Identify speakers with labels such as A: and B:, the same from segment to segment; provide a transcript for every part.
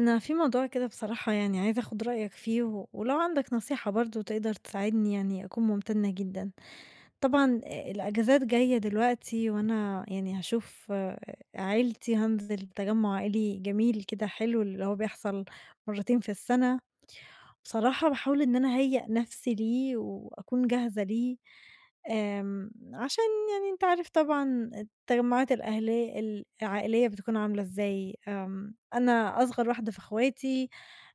A: أنا في موضوع كده بصراحة يعني عايزة أخد رأيك فيه ولو عندك نصيحة برضو تقدر تساعدني يعني أكون ممتنة جدا. طبعا، الأجازات جاية دلوقتي وأنا يعني هشوف عيلتي هنزل تجمع عائلي جميل كده حلو اللي هو بيحصل مرتين في السنة. بصراحة بحاول إن أنا أهيئ نفسي ليه وأكون جاهزة ليه، عشان يعني أنت عارف طبعا التجمعات الأهلي العائلية بتكون عاملة إزاي؟ أنا أصغر واحدة في أخواتي،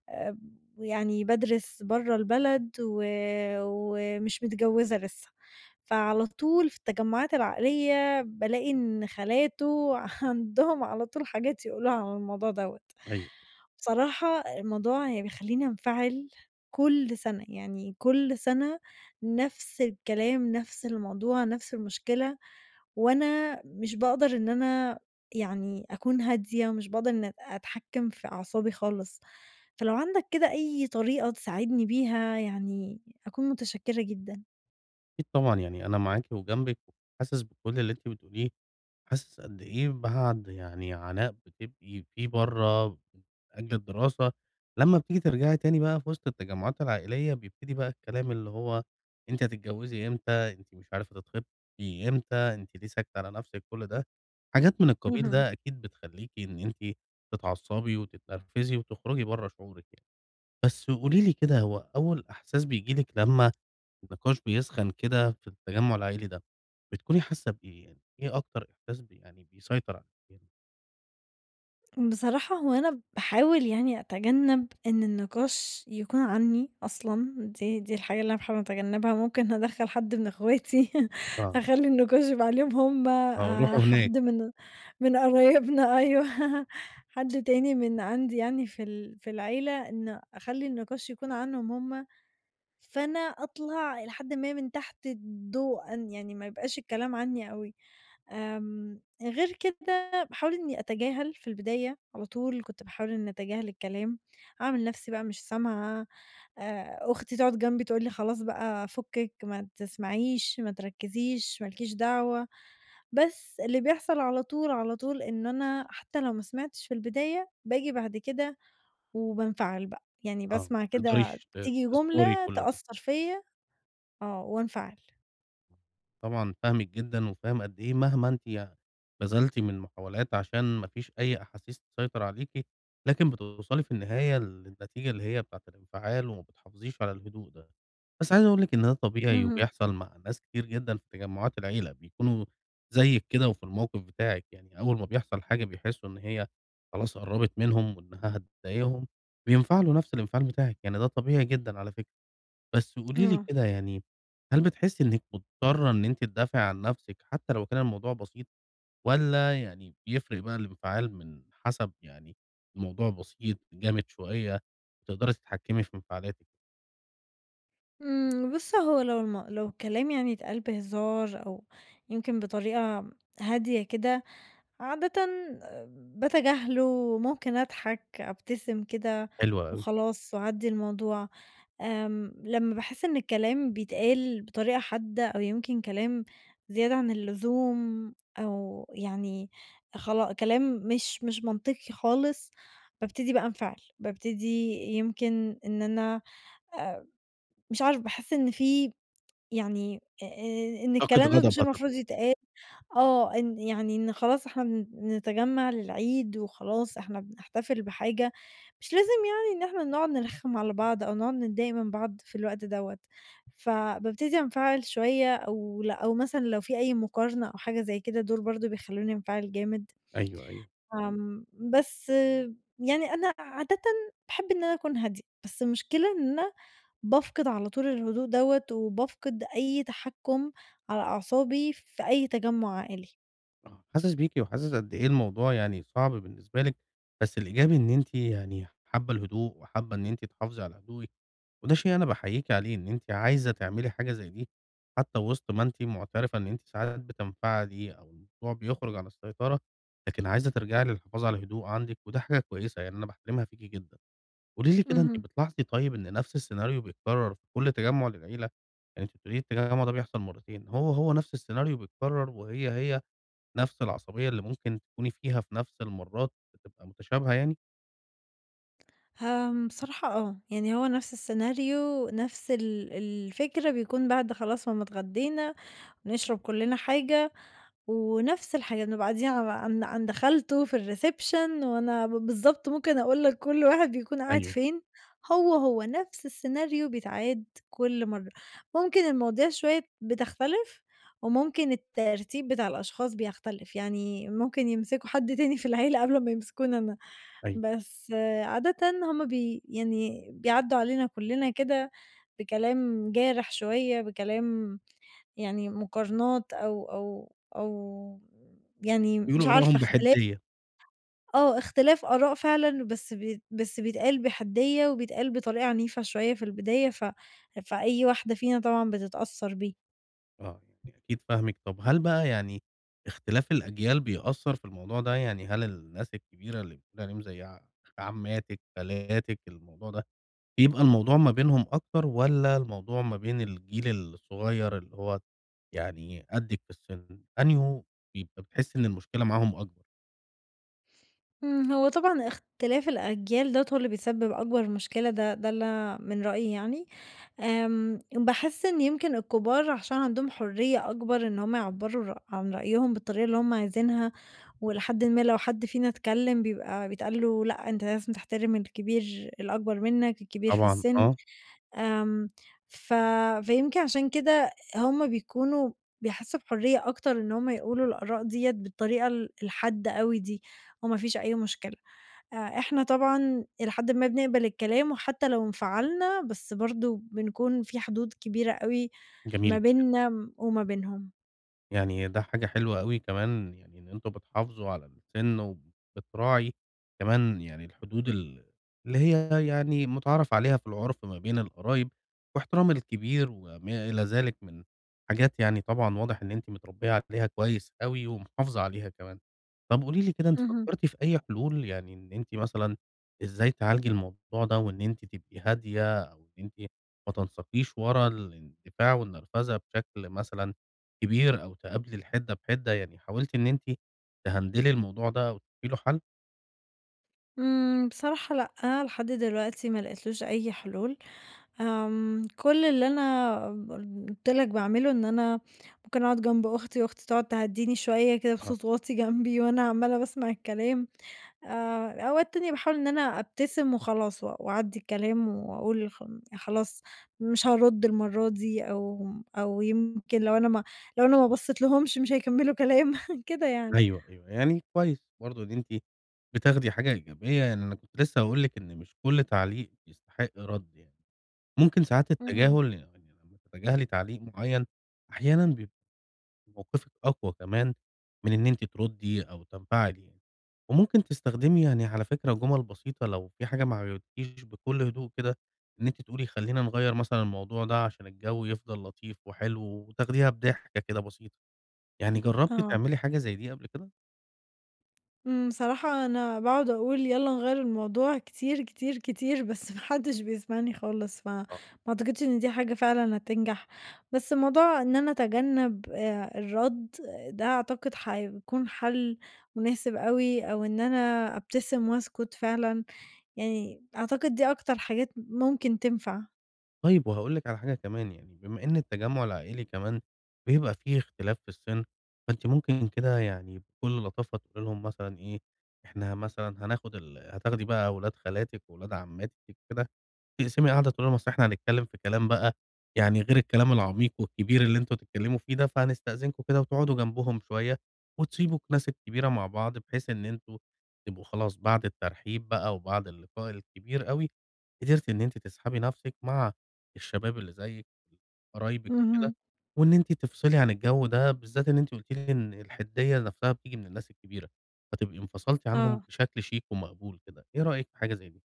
A: آآ، ويعني بادرس برّه البلد و ومش متجوزة لسه، فعلى طول في التجمعات العائلية بالاقي إن خالاته عندهم على طول حاجات يقولوها عن الموضوع دوّة.
B: أيوه،
A: بصراحة الموضوع يعني بيخلّيني أنفعل كل سنة، يعني كل سنة نفس الكلام، نفس الموضوع، نفس المشكلة. وأنا مش باقدر إن أنا يعني أكون هادية، ومش باقدر إن أتحكّم في أعصابي خالص، فلو عندك كده أي طريقة تساعدني بيها يعني أكون متشكّرة جدًا.
B: أكيد طبعًا، يعني أنا معاكِ وجنبِك وحاسس بكل اللي أنتِ بتقوليه، حاسس قد إيه بعد يعني عناء بتبقي فيه برّه من أجل الدراسة، لمّا بتيجي ترجعي تاني بقى في وسط التجمعات العائلية بيبتدي بقى الكلام اللي هو أنتِ هتتجوّزي إمتى، أنتِ مش عارفة تتخطبي إمتى، أنتِ ليه ساكتة على نَفْسِك، كل ده حاجات من القبيل
A: اهم.
B: ده أكيد بتخلّيكِ إن أنتِ تتعصّبي وتتنرفزي وتخرجي برّه شعورِك يعني. بس قولي لي كده هو أول إحساس بييجي لِك لمّا النقاش بيسخن كده في التجمع العائلي ده، بتكوني حاسة بإيه يعني؟ إيه أكتر إحساس يعني بيسيطر عليكِ؟ يعني
A: بصراحة هو أنا باحاول يعني أتجنب إن النقاش يكون عني أصلًا، دي الحاجة اللي أنا باحاول أتجنبها، ممكن أدخّل حد من اخواتي
B: آه،
A: أخلّي النقاش يبقى عليهم هم،
B: آه، روحوا هناك،
A: حد من قرايبنا أيوه، حد تاني من عندي يعني في العيلة، إن أخلّي النقاش يكون عنهم هم، فأنا أطلع إلى حدٍ ما من تحت الضوء أن يعني ما يبقاش الكلام عني أوي. غير كده باحاول إني أتجاهل في البداية، على طول كنت باحاول إني أتجاهل الكلام، أعمل نفْسي بقى مش سامعة، أختي تقعد جنبي تقول لي: "خلاص بقى فُكِّك، ما تسمعيش، ما تركّزيش، ما لكيش دعوة." بس اللي بيحصل على طول، على طول إن أنا حتى لو ما سمعتش في البداية، باجي بعد كده وبانفعل بقى، يعني
B: آه، ما
A: باسمع كده
B: بتقدريش
A: تيجي
B: تصبري
A: جملة
B: كل ده.
A: تأثّر فيَّ. آه، وانفعل.
B: طبعًا فاهمِك جدًا، وفاهم قد إيه مهما أنتِ بذلتِ من محاولات عشان ما فيش أي أحاسيس تسيطر عليكِ، لكن بتوصلي في النهاية للنتيجة اللي هي بتاعة الانفعال وما بتحافظيش على الهدوء ده. بس عايز أقول لِك إن ده طبيعي
A: اهم.
B: وبيحصل مع ناس كتير جدًا في تجمعات العيلة، بيكونوا زيِّك كده وفي الموقف بتاعِك، يعني أول ما بيحصل حاجة بيحسوا إن هي خلاص قرّبت منهم وإنها هتضايقهم، بينفعلوا نفس الانفعال بتاعِك، يعني ده طبيعي جدًا على فكرة. بس قولي لي
A: آه.
B: كده يعني، هل بتحسّي إنِّك مضطرة إن أنتِ تدافعي عن نَفْسِك حتى لو كان الموضوع بسيط، والّا يعني بيفرق بقى الانفعال من حسب يعني الموضوع بسيط، جامد شوية، تقدري تتحكمي في انفعالاتِك؟
A: بُص، هو لو الكلام يعني اتقال بهزار أو يمكن بطريقة هادية كده، عادةً باتجاهله، ممكن أضحك، أبتسم كده
B: حلو أوي،
A: وخلاص وأعدّي الموضوع. لمّا باحس إن الكلام بيتقال بطريقة حادة أو يمكن كلام زيادة عن اللزوم أو يعني كلام مش منطقي خالص، بابتدي بقى أنفعل، بابتدي يمكن إن أنا آآ، مش عارفة، باحس إن في يعني إن
B: طاقة
A: الكلام ده
B: غضب
A: مش المفروض
B: هتطلع،
A: يتقال، آه، إن يعني إن خلاص إحنا نتجمّع للعيد وخلاص إحنا بنحتفل بحاجة، مش لازم يعني إن إحنا نقعد نرخّم على بعض أو نقعد نتضايق من بعض في الوقت دوّة، فبابتدي أنفعل شوية أو لأ، أو مثلًا لو في أي مقارنة أو حاجة زي كده دول برضه بيخلّوني أنفعل جامد.
B: أيوه، أيوه،
A: آمم، بس يعني أنا عادةً باحب إن أنا أكون هادية، بس المشكلة إن أنا بافقد على طول الهدوء دوّة، وبافقد أي تحكُم على أعصابي في أي تجمُّع عائلي.
B: آه، حاسس بيكِ وحاسس قد إيه الموضوع يعني صعب بالنسبة لِك، بس الإيجابي إن أنتِ يعني حابة الهدوء وحابة إن أنتِ تحافظي على هدوءِك. وده شيء أنا باحييكِ عليه، إن أنتِ عايزة تعملي حاجة زي دي، حتى وسط ما أنتِ معترفة إن أنتِ ساعات بتنفعلي أو الموضوع بيخرج عن السيطرة، لكن عايزة ترجعي للحفاظ على الهدوء عندِك، وده حاجة كويسة يعني أنا باحترمها فيكِ جدًا. قولي لي كده أنتِ
A: اهم.
B: بتلاحظي طيب إن نفس السيناريو بيتكرر في كل تجمُّع للعيلة؟ يعني أنتِ بتقولي لي التجمُّع ده بيحصل مرتين، هو نفس السيناريو بيتكرر وهي نفس العصبية اللي ممكن تكوني فيها في نفس المرات بتبقى متشابهة يعني؟
A: بصراحة، يعني هو نفْس السيناريو، نفْس الفكرة، بيكون بعد خلاص ما اتغدينا، ونشرب كلّنا حاجة ونفس الحاجة بنبقى قاعدين على عند خالته في الreception، وأنا بالضبط ممكن أقول لك كل واحد بيكون قاعد
B: أيوه،
A: فين، هو نفس السيناريو بيتعاد كل مرة، ممكن المواضيع شوية بتختلف وممكن الترتيب بتاع الأشخاص بيختلف، يعني ممكن يمسكوا حد تاني في العيلة قبل ما يمسكوني أنا،
B: أيوه،
A: بس عادةً هُم يعني بيعدّوا علينا كلنا كده بكلام جارح شوية، بكلام يعني مقارنات أو يعني مش
B: بيقولوا
A: عارفة،
B: آرائهم
A: اختلاف،
B: بحدية.
A: آه، اختلاف آراء فعلًا، بس بيتقال بحدية وبيتقال بطريقة عنيفة شوية في البداية، فأي واحدة فينا طبعًا بتتأثّر بيه.
B: آه، يعني أكيد فاهمِك، طب هل بقى يعني اختلاف الأجيال بيأثّر في الموضوع ده؟ يعني هل الناس الكبيرة اللي بتقولي عليهم زي عماتِك، خالاتِك، الموضوع ده بيبقى الموضوع ما بينهم أكتر والّا الموضوع ما بين الجيل الصغير اللي هو يعني قدِّك في السِن، أنهُ بيبقى بتحسّي إن المشكلة معاهم أكبر؟
A: هو طبعًا اختلاف الأجيال دوّة هو اللي بيسبب أكبر مشكلة، ده اللي من رأيي يعني، باحس إن يمكن الكبار عشان عندهم حرية أكبر إن هُم يعبّروا عن رأيهم بالطريقة اللي هُم عايزينها، ولحدٍ ما لو حد فينا اتكلم بيبقى بيتقال له لأ، أنت لازم تحترم الكبير الأكبر منّك، الكبير في
B: طبعًا،
A: السِن،
B: آه،
A: آمم، ف فيمكن عشان كده هُم بيكونوا بيحسّوا بحرية أكتر إن هُم يقولوا الآراء ديّة بالطريقة الحادة أوي دي، وما فيش أي مشكلة. إحنا طبعًا إلى حدٍ ما بنقبل الكلام، وحتى لو انفعلنا بس برضه بنكون في حدود كبيرة أوي ما
B: جميل.
A: بيننا وما بينهم.
B: يعني ده حاجة حلوة أوي كمان يعني إن أنتم بتحافظوا على السِن وبتراعي كمان يعني الحدود اللي هي يعني مُتعارف عليها في العُرف ما بين القرايب واحترام الكبير وما إلى ذلك من حاجات يعني طبعًا واضح إن أنتِ متربية عليها كويس أوي ومحافظة عليها كمان. طَب قولي لي كده أنتِ
A: اهم.
B: فكّرتِ في أي حلول، يعني إن أنتِ مثلًا إزاي تعالجي الموضوع ده وإن أنتِ تبقي هادية أو إن أنتِ ما تنساقيش ورا الاندفاع والنرفزة بشكل مثلًا كبير أو تقابلي الحِدّة بحِدّة، يعني حاولتِ إن أنتِ تهندلي الموضوع ده أو تشوفي له حَل؟
A: بصراحة لأ، لحد دلوقتي ما لقيتلوش أي حلول، كل اللي أنا قُلت لك باعمله إن أنا ممكن أقعد جنب أختي، وأختي تقعد تهدّيني شوية كده
B: آه.
A: بصوت واطي جنبي، وأنا عمّالة باسمع الكلام، أوقات تانية باحاول إن أنا أبتسم وخلاص و وأعدّي الكلام وأقول يعني خلاص مش هارُدّ المرّة دي، أو أو يمكن لو أنا ما بصّيتلهمش مش هيكمّلوا كلام كده يعني.
B: أيوه، أيوه، يعني كويس برضه إن أنتِ بتاخدي حاجة إيجابية، يعني أنا كنت لسه هاقول لِك إن مش كل تعليق يستحق رَد يعني، ممكن ساعات
A: اهم.
B: التجاهل يعني لمّا تتجاهلي تعليق معيّن أحيانًا موقفِك أقوى كمان من إن أنتِ تردّي أو تنفعلي يعني. وممكن تستخدمي يعني على فكرة جُمل بسيطة لو في حاجة ما عجبتكيش بكل هدوء كده، إن أنتِ تقولي خلّينا نغيّر مثلًا الموضوع ده عشان الجو يفضل لطيف وحلو وتاخديها بضحكة كده بسيطة. يعني جرّبتِ
A: آه.
B: تعملي حاجة زي دي قبل كده؟
A: بصراحة أنا باقعد أقول يالّا نغيّر الموضوع كتير، كتير، كتير، بس ما حدش بيسمعني خالص، فما أعتقدش إن دي حاجة فعلًا هتنجح، بس موضوع إن أنا أتجنب الرَد، ده أعتقد هيكون حل مناسب أوي، أو إن أنا أبتسم وأسكت فعلًا، يعني أعتقد دي أكتر حاجات ممكن تنفع.
B: طيب وهاقول لِك على حاجة كمان، يعني بما إن التجمُّع العائلي كمان بيبقى فيه اختلاف في السِن، فأنتِ ممكن كده يعني بكل لطافة تقولي لهم مثلًا إيه، إحنا مثلًا هناخُد ال هتاخدي بقى ولاد خالاتِك وولاد عمّاتِك كده، تقسمي قاعدة تقولي لهم أصل إحنا هنتكلم في كلام بقى يعني غير الكلام العميق والكبير اللي أنتم تتكلموا فيه ده، فهنستأذنكم كده وتقعدوا جنبهم شوية، وتسيبوا الناس الكبيرة مع بعض، بحيث إن أنتم تبقوا خلاص بعد الترحيب بقى وبعد اللقاء الكبير أوي، قدرتِ إن أنتِ تسحبي نفسِك مع الشباب اللي زيِّك، قرايبِك
A: اهم،
B: وكده، وإن أنتِ تفصلي عن الجو ده، بالذات إن أنتِ قلتِ لي إن الحدية نفسها بتيجي من الناس الكبيرة، فتبقي انفصلتِ عنهم
A: آه.
B: بشكل شيك ومقبول كده، إيه رأيِك في حاجة زي دي؟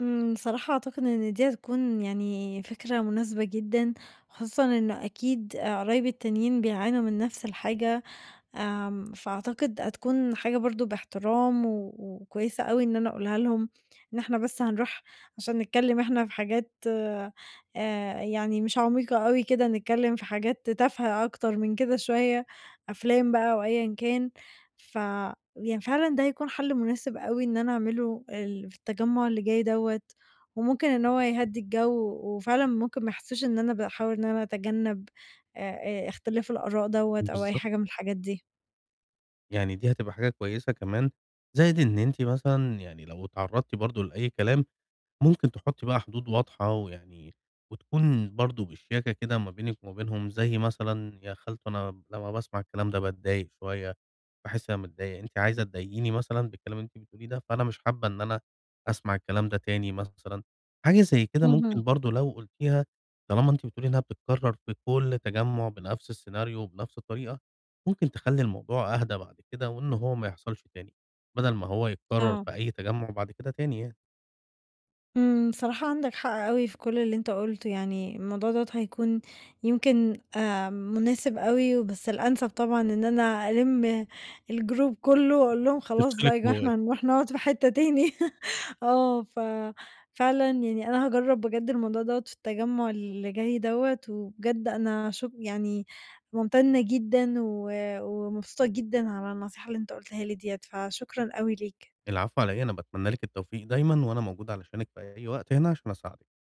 A: صراحة أعتقد إن دي هتكون يعني فكرة مناسبة جدًا، خصوصًا إنه أكيد قرايبي التانيين بيعانوا من نفس الحاجة. فأعتقد هتكون حاجة برضه باحترام و وكويسة أوي إن أنا أقولها لهم، إن إحنا بس هنروح عشان نتكلم إحنا في حاجات يعني مش عميقة أوي كده، نتكلم في حاجات تافهة أكتر من كده شوية، أفلام بقى أو أيًا كان، ف يعني فعلًا ده هيكون حل مناسب أوي إن أنا أعمله في التجمُّع اللي جاي دوّة، وممكن إن هو يهدّي الجو، وفعلًا ممكن ما يحسّوش إن أنا باحاول إن أنا أتجنب آآ، اختلاف الآراء دوّة أو أي
B: بالظبط.
A: حاجة من الحاجات دي.
B: يعني دي هتبقى حاجة كويسة كمان، زائد إن أنتِ مثلًا يعني لو اتعرّضتِ برضه لأي كلام، ممكن تحطي بقى حدود واضحة، ويعني وتكون برضه بشياكة كده ما بينِك وما بينهم، زي مثلًا يا خالته أنا لمّا باسمع الكلام ده باتضايق شوية، باحس إن أنا متضايق، أنتِ عايزة تضايقيني مثلًا بالكلام اللي أنتِ بتقوليه ده، فأنا مش حابة إن أنا أسمع الكلام ده تاني مثلًا. حاجة زي كده
A: اهم،
B: ممكن برضه لو قُلتيها، طالما أنتِ بتقولي إنها بتتكرر في كل تجمُّع بنفس السيناريو وبنفس الطريقة، ممكن تخلّي الموضوع أهدى بعد كده، وإن هو ما يحصلش تاني، بدل ما هو يتكرر
A: آه.
B: في أي تجمُّع بعد كده تاني يعني،
A: صراحة عندك حق أوي في كل اللي أنت قُلته، يعني الموضوع دوّة هيكون يمكن مناسب أوي، بس الأنسب طبعًا إن أنا ألِم الجروب كُلّه وأقول لهم خلاص بقى
B: تفصلِك
A: يا جماعة
B: جواه.
A: إحنا هنروح نقعد في حتّة تاني. آه، ففعلًا يعني أنا هاجرّب بجد الموضوع دوّة في التجمُّع اللي جاي دوّة، وبجد أنا يعني ممتنة جدًا و ومبسوطة جدًا على النصيحة اللي أنت قُلتها لي ديّة، فشكرًا أوي ليك.
B: العفو على إيه، أنا باتمنى لِك التوفيق دايمًا، وأنا موجود علشانِك في أي وقت هنا عشان أساعدِك.